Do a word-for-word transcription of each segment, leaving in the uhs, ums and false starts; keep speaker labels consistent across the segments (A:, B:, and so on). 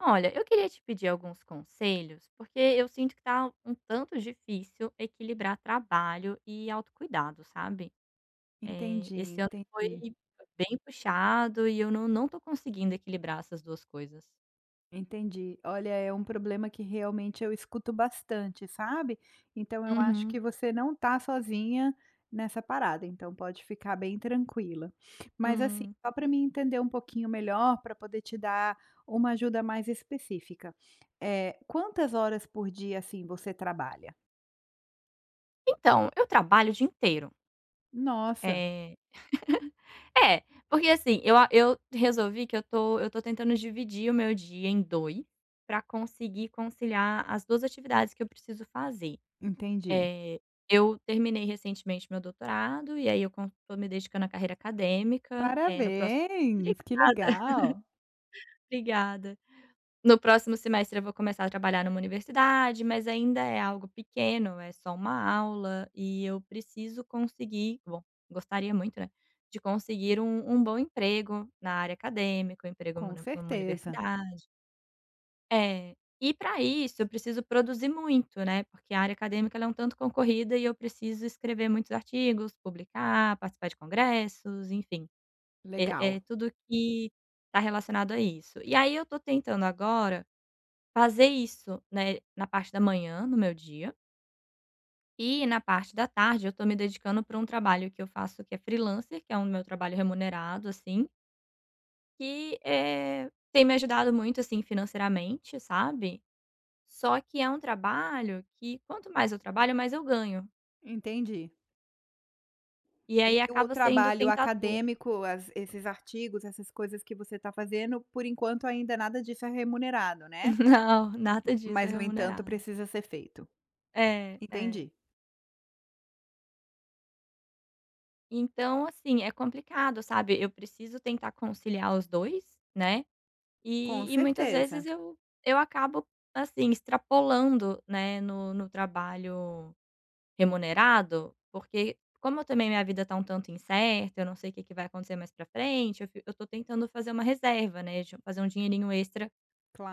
A: Olha, eu queria te pedir alguns conselhos, porque eu sinto que tá um tanto difícil equilibrar trabalho e autocuidado, sabe? Eh,
B: Entendi,
A: esse ano foi
B: entendi,
A: bem puxado e eu não, não tô conseguindo equilibrar essas duas coisas.
B: entendi. Olha, é um problema que realmente eu escuto bastante, sabe. Então eu acho
A: Uhum.
B: que você não tá sozinha nessa parada, então pode ficar bem tranquila. Mas assim,
A: Hum.
B: só para me entender um pouquinho melhor, para poder te dar uma ajuda mais específica, é quantas horas por dia, assim, você trabalha?
A: Então, eu trabalho o dia inteiro.
B: Nossa,
A: É, é porque assim, eu, a- eu resolvi que eu tô, eu tô tentando dividir o meu dia em dois para conseguir conciliar as duas atividades que eu preciso fazer.
B: entendi.
A: Eh, eu terminei recentemente meu doutorado, e aí eu estou me dedicando à carreira acadêmica, eh, no próximo
B: Parabéns,
A: obrigada,
B: que legal.
A: obrigada. No próximo semestre eu vou começar a trabalhar numa universidade, mas ainda é algo pequeno, é só uma aula, e eu preciso conseguir bom, gostaria muito, né, de conseguir um um bom emprego na área acadêmica, um emprego
B: Com
A: numa numa
B: certeza,
A: universidade. É. E para isso eu preciso produzir muito, né, porque a área acadêmica ela é um tanto concorrida e eu preciso escrever muitos artigos, publicar, participar de congressos, enfim, é
B: legal,
A: é tudo que está relacionado a isso. E aí eu estou tentando agora fazer isso, né, na parte da manhã, no meu dia, e na parte da tarde eu estou me dedicando para um trabalho que eu faço que é freelancer, que é um meu trabalho remunerado, assim, que, eh, tem me ajudado muito, assim, financeiramente, sabe. Só que é um trabalho que quanto mais eu trabalho, mais eu ganho.
B: entendi.
A: E
B: E
A: aí
B: o
A: acaba sendo
B: trabalho
A: tentador.
B: acadêmico, as esses artigos, essas coisas que você está fazendo, por enquanto ainda nada disso é remunerado, né.
A: Não, nada disso é
B: Mas no entanto
A: remunerado.
B: precisa ser feito.
A: É, é.
B: Entendi.
A: Então, assim, é complicado, sabe? Eu preciso tentar conciliar os dois, né?
B: Com
A: E e muitas vezes
B: certeza.
A: eu eu acabo, assim, extrapolando, né, no no trabalho remunerado, porque como eu também minha vida tá um tanto incerta, eu não sei o que que vai acontecer mais pra frente, eu fi eu tô tentando fazer uma reserva, né, de fazer um dinheirinho extra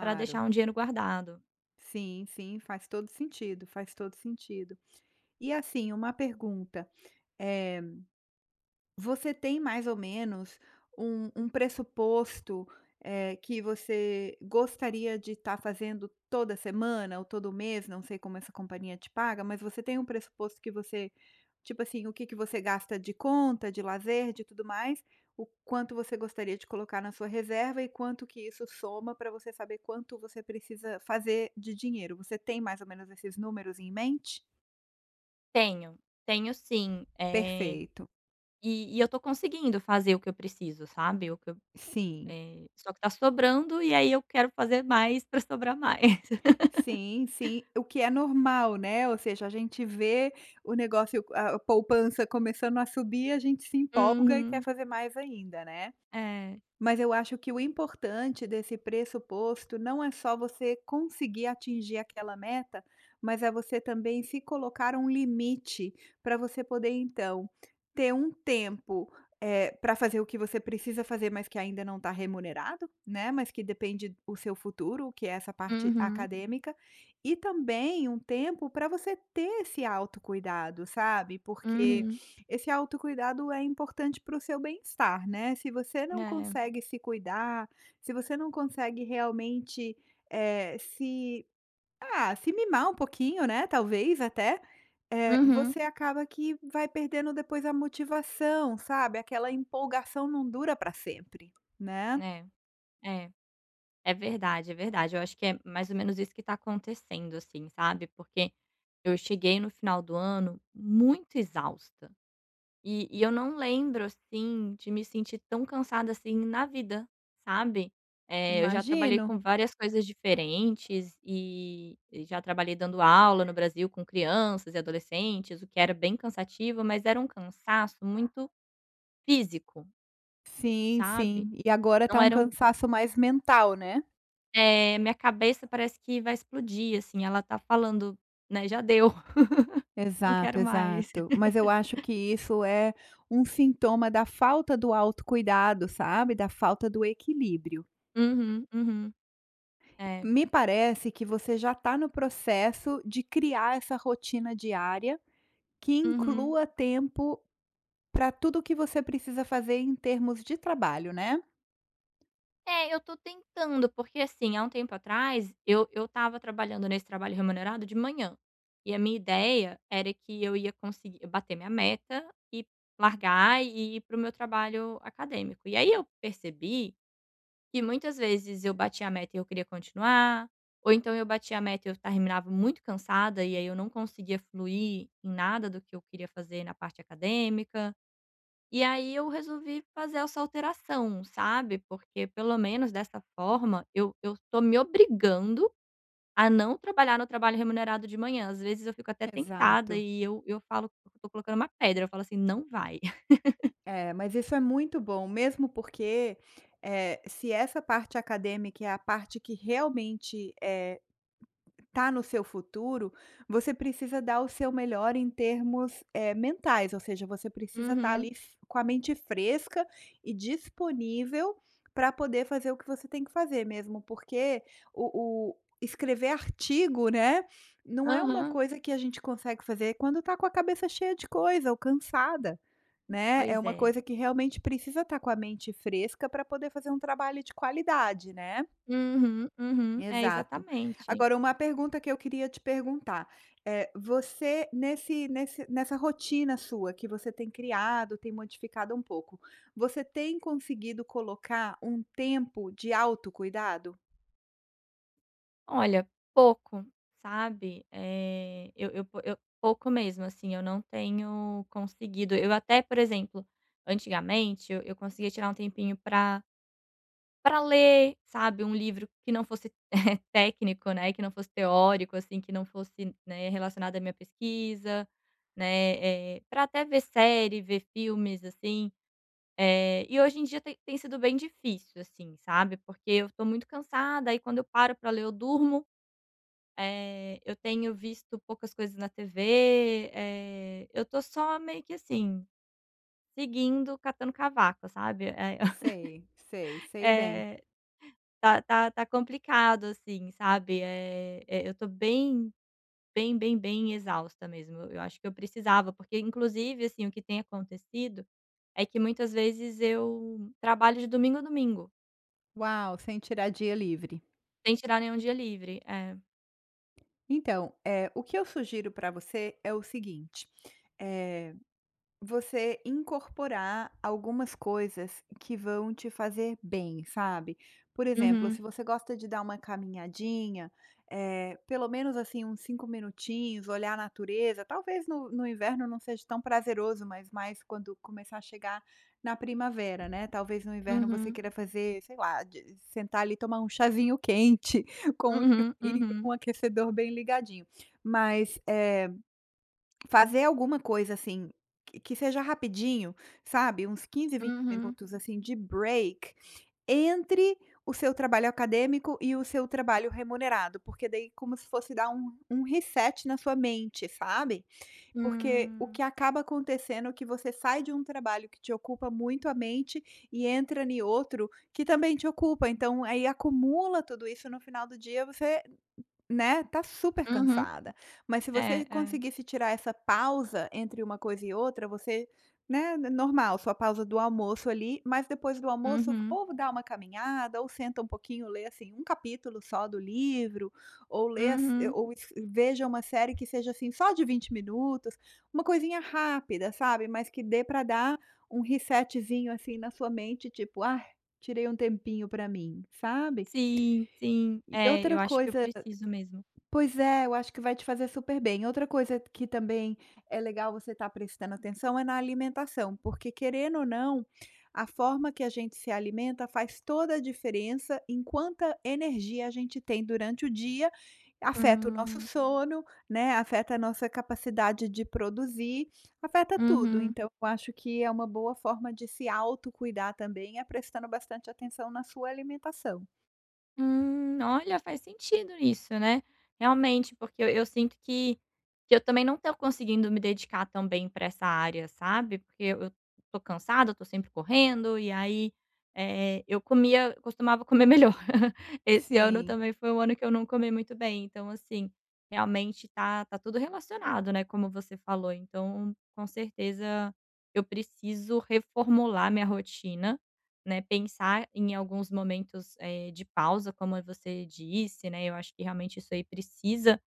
A: para deixar um dinheiro guardado.
B: Sim, sim, faz todo sentido, faz todo sentido. E assim, uma pergunta, eh você tem mais ou menos um um pressuposto, eh, que você gostaria de estar fazendo toda semana ou todo mês, não sei como essa companhia te paga, mas você tem um pressuposto que você tipo assim, o que que você gasta de conta, de lazer, de tudo mais, o quanto você gostaria de colocar na sua reserva e quanto que isso soma para você saber quanto você precisa fazer de dinheiro. Você tem mais ou menos esses números em mente?
A: Tenho, tenho sim, eh,
B: Perfeito,
A: e e eu tô conseguindo fazer o que eu preciso, sabe, o que eu
B: sim.
A: eh, só que tá sobrando e aí eu quero fazer mais para sobrar mais.
B: Sim, sim, o que é normal, né, ou seja, a gente vê o negócio, a poupança começando a subir, a gente se empolga e quer
A: Uhum.
B: fazer mais ainda, né.
A: É.
B: Mas eu acho que o importante desse pressuposto não é só você conseguir atingir aquela meta, mas é você também se colocar um limite para você poder então ter um tempo eh, para fazer o que você precisa fazer, mas que ainda não está remunerado, né? Mas que depende o seu futuro, que é essa parte
A: Uhum.
B: acadêmica, e também um tempo para você ter esse autocuidado, sabe? Porque
A: Uhum.
B: esse autocuidado é importante para o seu bem-estar, né. Se você não
A: É.
B: consegue se cuidar, se você não consegue realmente, eh, se ah, se mimar um pouquinho, né, talvez até, eh,
A: Uhum.
B: você acaba que vai perdendo depois a motivação, sabe, aquela empolgação não dura para sempre, né.
A: É, é. É verdade, é verdade. Eu acho que é mais ou menos isso que tá acontecendo, assim, sabe, porque eu cheguei no final do ano muito exausta. E e eu não lembro, assim, de me sentir tão cansada assim na vida, sabe. Eh, eu já trabalhei
B: Imagino.
A: com várias coisas diferentes e e já trabalhei dando aula no Brasil com crianças e adolescentes, o que era bem cansativo, mas era um cansaço muito físico,
B: Sim, sim.
A: sabe.
B: E agora tá
A: Não
B: um
A: era um
B: cansaço mais mental, né.
A: eh, minha cabeça parece que vai explodir, assim, ela tá falando, né: "Já deu, não
B: Exato,
A: quero mais".
B: exato. Mas eu acho que isso é um sintoma da falta do autocuidado, sabe, da falta do equilíbrio.
A: Uhum, uhum. É.
B: Me parece que você já está no processo de criar essa rotina diária que
A: Uhum.
B: inclua tempo para tudo o que você precisa fazer em termos de trabalho, né?
A: É, eu tô tentando, porque assim, há um tempo atrás, eu eu estava trabalhando nesse trabalho remunerado de manhã, e a minha ideia era que eu ia conseguir bater minha meta e largar e ir pro meu trabalho acadêmico. E aí eu percebi que muitas vezes eu batia a meta e eu queria continuar, ou então eu batia a meta e eu terminava muito cansada, e aí eu não conseguia fluir em nada do que eu queria fazer na parte acadêmica. E aí eu resolvi fazer essa alteração, sabe, porque pelo menos dessa forma eu eu tô me obrigando a não trabalhar no trabalho remunerado de manhã. Às vezes eu fico até tentada
B: Exato.
A: e eu eu falo eu tô colocando uma pedra, eu falo assim: "Não vai".
B: É, mas isso é muito bom, mesmo porque, eh, se essa parte acadêmica é a parte que realmente, é tá no seu futuro, você precisa dar o seu melhor em termos, eh, mentais, ou seja, você precisa estar ali
A: Uhum.
B: f com a mente fresca e disponível para poder fazer o que você tem que fazer mesmo, porque o o escrever artigo, né, não é uma
A: Aham.
B: coisa que a gente consegue fazer quando tá com a cabeça cheia de coisa ou cansada, né. É
A: Pois
B: uma
A: é.
B: coisa que realmente precisa estar com a mente fresca para poder fazer um trabalho de qualidade, né.
A: Uhum, uhum. É,
B: Exato.
A: exatamente.
B: Agora uma pergunta que eu queria te perguntar, eh, você nesse nesse nessa rotina sua que você tem criado, tem modificado um pouco, você tem conseguido colocar um tempo de autocuidado?
A: Olha, pouco, sabe. É, eu eu po eu pouco mesmo, assim, eu não tenho conseguido. Eu até, por exemplo, antigamente eu eu conseguia tirar um tempinho para para ler, sabe, um livro que não fosse, técnico, né, que não fosse teórico, assim, que não fosse, né, relacionado à minha pesquisa, né, para até ver série, ver filmes, assim. Eh, e hoje em dia tem tem sido bem difícil, assim, sabe, porque eu tô muito cansada. E quando eu paro para ler eu durmo, eh, eu tenho visto poucas coisas na T V, eh, eu tô só meio que assim, seguindo, catando cavaco, sabe. Eh,
B: Sei, sei, sei bem.
A: Tá tá tá complicado, assim, sabe, é eh, eu tô bem, bem, bem, bem exausta mesmo. Eu acho que eu precisava, porque inclusive, assim, o que tem acontecido é que muitas vezes eu trabalho de domingo a domingo,
B: Uau, sem tirar dia livre.
A: sem tirar nenhum dia livre. É.
B: Então, eh, o que eu sugiro para você é o seguinte, eh você incorporar algumas coisas que vão te fazer bem, sabe. Por exemplo,
A: Uhum,
B: se você gosta de dar uma caminhadinha, eh, pelo menos, assim, uns cinco minutinhos, olhar a natureza, talvez no no inverno não seja tão prazeroso, mas mais quando começar a chegar na primavera, né. Talvez no inverno você
A: uhum,
B: queira fazer, sei lá, de sentar ali, e tomar um chazinho quente com um
A: uhum,
B: livrinho,
A: uhum,
B: um aquecedor bem ligadinho. Mas, é fazer alguma coisa, assim, que que seja rapidinho, sabe, uns quinze, vinte
A: uhum,
B: minutos, assim, de break entre o seu trabalho acadêmico e o seu trabalho remunerado, porque daí como se fosse dar um um reset na sua mente, sabe. Porque o
A: hum,
B: que acaba acontecendo é que você sai de um trabalho que te ocupa muito a mente e entra em outro que também te ocupa, então aí acumula tudo isso, no final do dia você né, tá super
A: uhum.
B: cansada. Mas se você
A: É, é.
B: conseguisse tirar essa pausa entre uma coisa e outra, você né, normal, sua pausa do almoço ali, mas depois do almoço
A: Uhum,
B: ou dá uma caminhada, ou senta um pouquinho, lê assim um capítulo só do livro, ou lê ass
A: uhum.
B: ou es veja uma série que seja assim só de vinte minutos, uma coisinha rápida, sabe, mas que dê para dar um resetzinho assim na sua mente, tipo: "Ah, tirei um tempinho para mim", sabe.
A: Sim, sim.
B: E
A: É,
B: outra
A: eu acho que eu
B: coisa.
A: preciso mesmo.
B: Pois é, eu acho que vai te fazer super bem. Outra coisa que também é legal você estar prestando atenção é na alimentação, porque querendo ou não, a forma que a gente se alimenta faz toda a diferença em quanta energia a gente tem durante o dia, afeta o nosso
A: Hum,
B: sono, né, afeta a nossa capacidade de produzir, afeta tudo.
A: uhum.
B: Então, eu acho que é uma boa forma de se autocuidar também, é prestando bastante atenção na sua alimentação.
A: Hum, olha, faz sentido isso, né. Realmente, porque eu eu sinto que que eu também não tô conseguindo me dedicar tão bem pra essa área, sabe, porque eu eu tô cansada, eu tô sempre correndo e aí, eh, eu comia costumava comer melhor. Esse ano
B: Sim.
A: também foi um ano que eu não comi muito bem, então assim, realmente tá tá tudo relacionado, né, como você falou, então, com certeza, eu preciso reformular minha rotina, né, pensar em alguns momentos, eh, de pausa, como você disse, né, eu acho que realmente isso aí precisa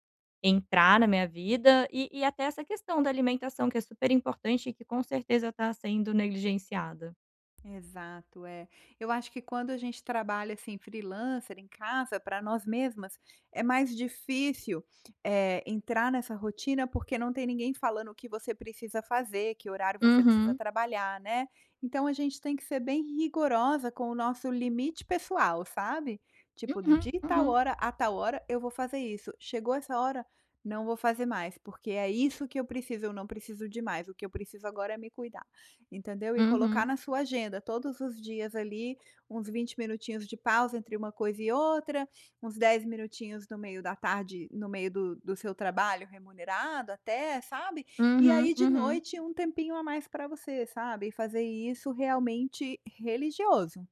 A: entrar na minha vida e e até essa questão da alimentação que é super importante e que com certeza está sendo negligenciada.
B: Exato, é. Eu acho que quando a gente trabalha assim freelancer em casa para nós mesmas, é mais difícil, eh, entrar nessa rotina, porque não tem ninguém falando o que você precisa fazer, que horário você precisa
A: Uhum,
B: trabalhar, né. Então a gente tem que ser bem rigorosa com o nosso limite pessoal, sabe. Tipo,
A: uhum,
B: de tal
A: uhum,
B: hora a tal hora eu vou fazer isso, chegou essa hora, não vou fazer mais, porque é isso que eu preciso, eu não preciso de mais, o que eu preciso agora é me cuidar. Entendeu? E colocar
A: uhum,
B: na sua agenda todos os dias ali, uns vinte minutinhos de pausa entre uma coisa e outra, uns dez minutinhos no meio da tarde, no meio do do seu trabalho remunerado até, sabe? E
A: uhum,
B: aí de
A: uhum,
B: noite um tempinho a mais para você, sabe? E fazer isso realmente religioso.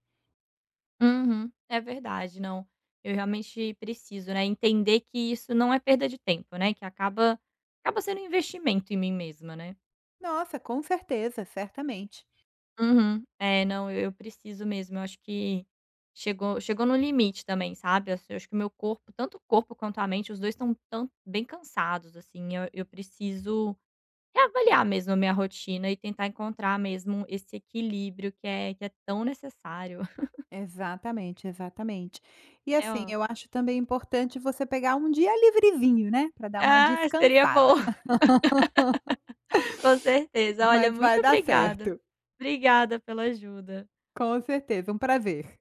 A: uhum. É verdade, não, eu realmente preciso, né, entender que isso não é perda de tempo, né, que acaba acaba sendo um investimento em mim mesma, né.
B: Nossa, com certeza, certamente.
A: Uhum. É, não, eu eu preciso mesmo. Eu acho que chegou chegou no limite também, sabe. Assim, eu acho que o meu corpo, tanto o corpo quanto a mente, os dois estão tão bem cansados, assim. Eu eu preciso reavaliar mesmo a minha rotina e tentar encontrar mesmo esse equilíbrio que é que é tão necessário.
B: Exatamente, exatamente. E
A: É ó
B: assim, eu acho também importante você pegar um dia livrezinho, né, para dar uma
A: ah, seria
B: descansada.
A: bom, com certeza. Olha,
B: Mas vai
A: muito
B: dar
A: obrigada.
B: certo.
A: Obrigada pela ajuda.
B: Com certeza, um prazer.